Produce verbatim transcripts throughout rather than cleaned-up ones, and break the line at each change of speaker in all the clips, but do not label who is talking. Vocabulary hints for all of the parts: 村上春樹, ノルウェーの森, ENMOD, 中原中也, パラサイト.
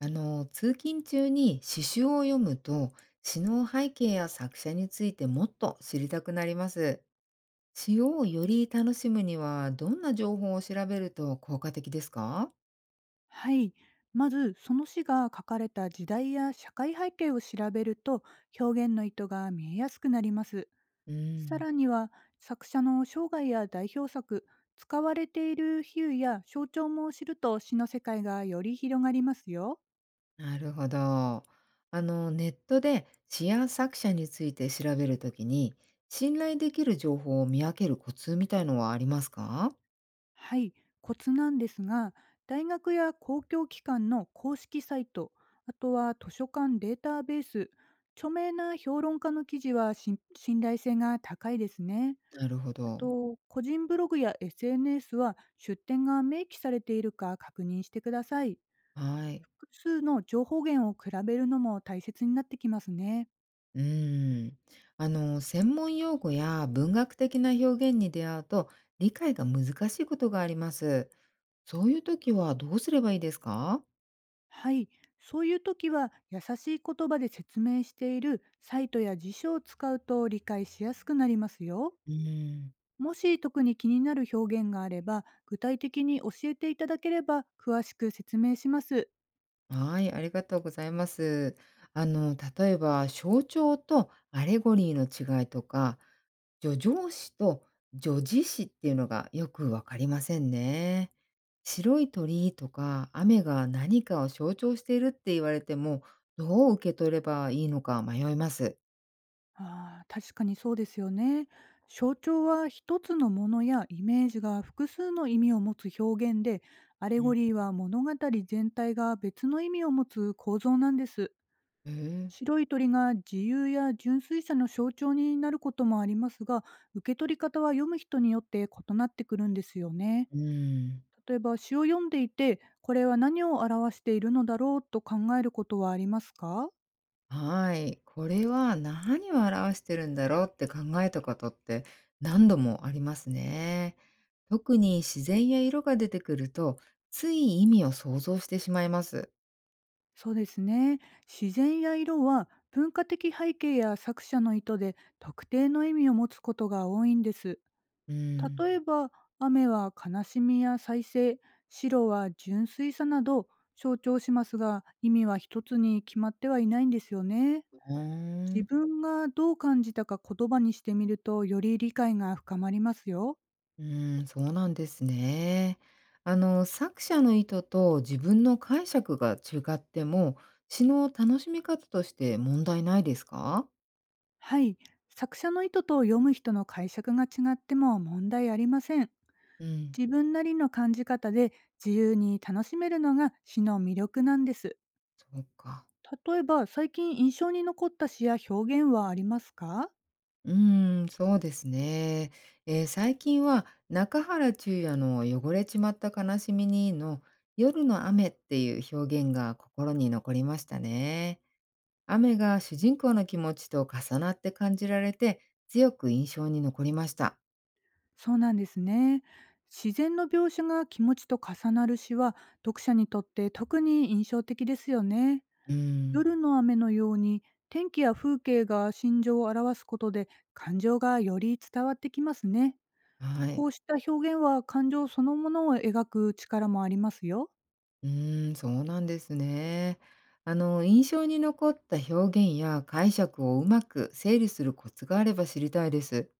あの、通勤中に詩集を読むと、詩の背景や作者についてもっと知りたくなります。詩をより楽しむには、どんな情報を調べると効果的ですか？
はい。まず、その詩が書かれた時代や社会背景を調べると、表現の意図が見えやすくなります。
う
さ
ん。
らには、作者の生涯や代表作、使われている比喩や象徴も知ると詩の世界がより広がりますよ。
なるほど。あの、ネットで詩や作者について調べるときに、信頼できる情報を見分けるコツみたいのはありますか？
はい。コツなんですが、大学や公共機関の公式サイト、あとは図書館データベース、著名な評論家の記事は信信頼性が高いですね。
なるほ
あ
ど。
と、個人ブログや エスエヌエス は出典が明記されているか確認してください。
はい。
複数の情報源を比べるのも大切になってきますね。
うーん。あの、専門用語や文学的な表現に出会うと理解が難しいことがあります。そういう時はどうすればいいですか？
はい。そういう時は優しい言葉で説明しているサイトや辞書を使うと理解しやすくなりますよ。
うーん。
もし特に気になる表現があれば、具体的に教えていただければ詳しく説明します。
はい、ありがとうございます。あの、例えば、象徴とアレゴリーの違いとか、叙上詩と叙事詩っていうのがよくわかりませんね。白い鳥居とか雨が何かを象徴しているって言われても、どう受け取ればいいのか迷います。
ああ、確かにそうですよね。象徴は一つのものやイメージが複数の意味を持つ表現で、アレ
う
ゴ
ん。
リーは物語全体が別の意味を持つ構造なんです。
へえ。
白い鳥が自由や純粋さの象徴になることもありますが、受け取り方は読む人によって異なってくるんですよね。
うーん。
例えば詩を読んでいて、これは何を表しているのだろうと考えることはありますか？
はい。これは何を表してるんだろうって考えたことって何度もありますね。特に自然や色が出てくると、つい意味を想像してしまいます。
そうですね。自然や色は文化的背景や作者の意図で特定の意味を持つことが多いんです。
うん。
例えば、雨は悲しみや再生、白は純粋さなど象徴しますが、意味は一つに決まってはいないんですよね。
うー
自
ん。
分がどう感じたか言葉にしてみると、より理解が深まりますよ。
うーん、そうなんですね。あの、作者の意図と自分の解釈が違っても、詩の楽しみ方として問題ないですか？
はい。作者の意図と読む人の解釈が違っても問題ありません。
うん。
自分なりの感じ方で自由に楽しめるのが詩の魅力なんです。
そうか。
例えば最近印象に残った詩や表現はありますか？
うーん、そうですね。えー最近は中原中也の「汚れちまった悲しみに」の「夜の雨」っていう表現が心に残りましたね。雨が主人公の気持ちと重なって感じられて、強く印象に残りました。
そうなんですね。自然の描写が気持ちと重なる詩は読者にとって特に印象的ですよね。
うん。
夜の雨のように天気や風景が心情を表すことで感情がより伝わってきますね。
は
こ
い。
うした表現は感情そのものを描く力もありますよ。
うーん、そうなんですね。あの、印象に残った表現や解釈をうまく整理するコツがあれば知りたいです。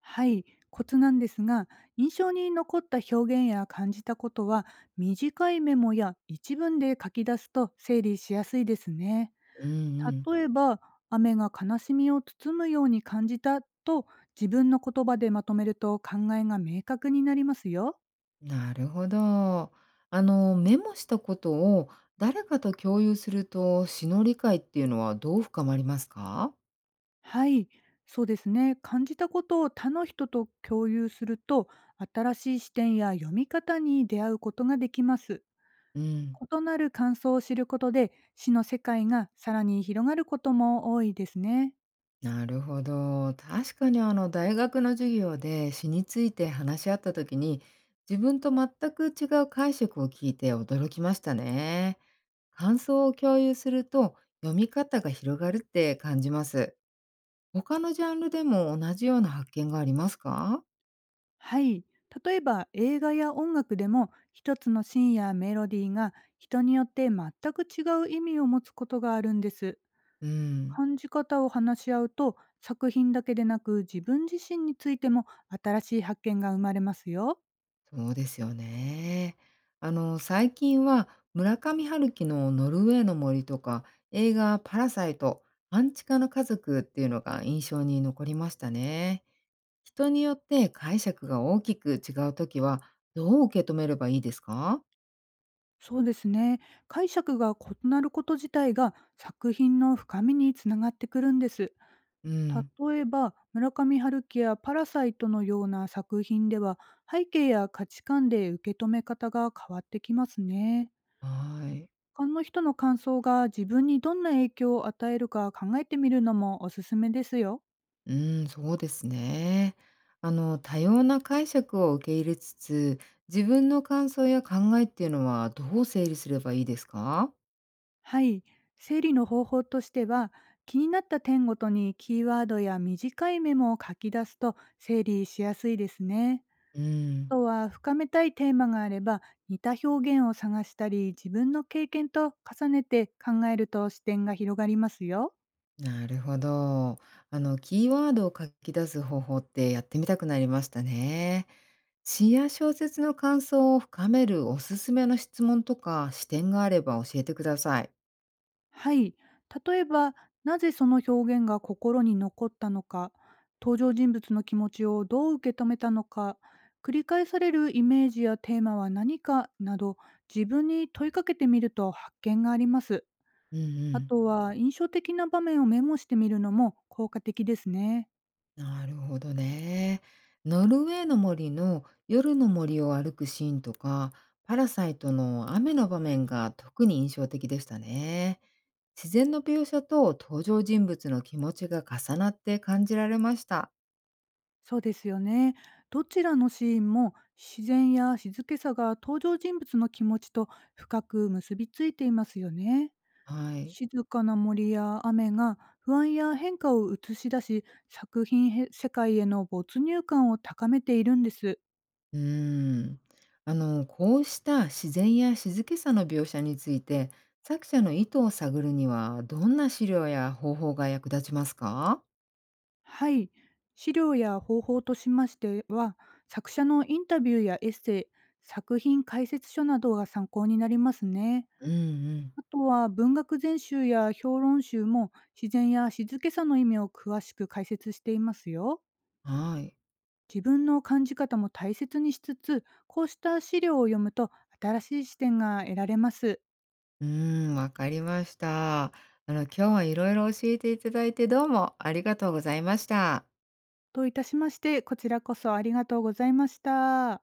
はい、コツなんですが、印象に残った表現や感じたことは、短いメモや一文で書き出すと整理しやすいですね。
うん、うん。
例えば、雨が悲しみを包むように感じたと自分の言葉でまとめると考えが明確になりますよ。
なるほど。あの、メモしたことを誰かと共有すると詩の理解っていうのはどう深まりますか？
はい、そうですね。感じたことを他の人と共有すると、新しい視点や読み方に出会うことができます。
うん。
異なる感想を知ることで、詩の世界がさらに広がることも多いですね。
なるほど。確かにあの大学の授業で詩について話し合った時に自分と全く違う解釈を聞いて驚きましたね。感想を共有すると読み方が広がるって感じます。他のジャンルでも同じような発見がありますか？
はい。例えば映画や音楽でも一つのシーンやメロディーが人によって全く違う意味を持つことがあるんです。
うん。
感じ方を話し合うと作品だけでなく自分自身についても新しい発見が生まれますよ。
そうですよね。あの、最近は村上春樹のノルウェーの森とか、映画パラサイト、半地下の家族っていうのが印象に残りましたね。人によって解釈が大きく違うときは、どう受け止めればいいですか？
そうですね。解釈が異なること自体が作品の深みにつながってくるんです。
うん。
例えば村上春樹や「パラサイト」のような作品では、背景や価値観で受け止め方が変わってきますね。
はい。
他の人の感想が自分にどんな影響を与えるか考えてみるのもおすすめですよ。
うん、そうですね。あの、多様な解釈を受け入れつつ、自分の感想や考えっていうのはどう整理すればいいですか？
はい。整理の方法としては、気になった点ごとにキーワードや短いメモを書き出すと整理しやすいですね。
うん。
あとは深めたいテーマがあれば、似た表現を探したり自分の経験と重ねて考えると視点が広がりますよ。
なるほど。あの、キーワードを書き出す方法ってやってみたくなりましたね。詩や小説の感想を深めるおすすめの質問とか視点があれば教えてください。
はい。例えば、なぜその表現が心に残ったのか、登場人物の気持ちをどう受け止めたのか、繰り返されるイメージやテーマは何かなど、自分に問いかけてみると発見があります。
うん、う
あ
ん。
とは印象的な場面をメモしてみるのも効果的ですね。
なるほどね。ノルウェーの森の夜の森を歩くシーンとか、パラサイトの雨の場面が特に印象的でしたね。自然の描写と登場人物の気持ちが重なって感じられました。
そうですよね。どちらのシーンも自然や静けさが登場人物の気持ちと深く結びついていますよね。
はい。
静かな森や雨が不安や変化を映し出し、作品へ世界への没入感を高めているんです。
うーん。あの、こうした自然や静けさの描写について、作者の意図を探るには、どんな資料や方法が役立ちますか？
はい。資料や方法としましては、作者のインタビューやエッセイ、作品解説書などが参考になりますね。
うん、うん。
あとは文学全集や評論集も自然や静けさの意味を詳しく解説していますよ。
はい。
自分の感じ方も大切にしつつ、こうした資料を読むと新しい視点が得られます。
うーん、わかりました。あの、今日はいろいろ教えていただいて、どうもありがとうございました。
といたしまして、こちらこそありがとうございました。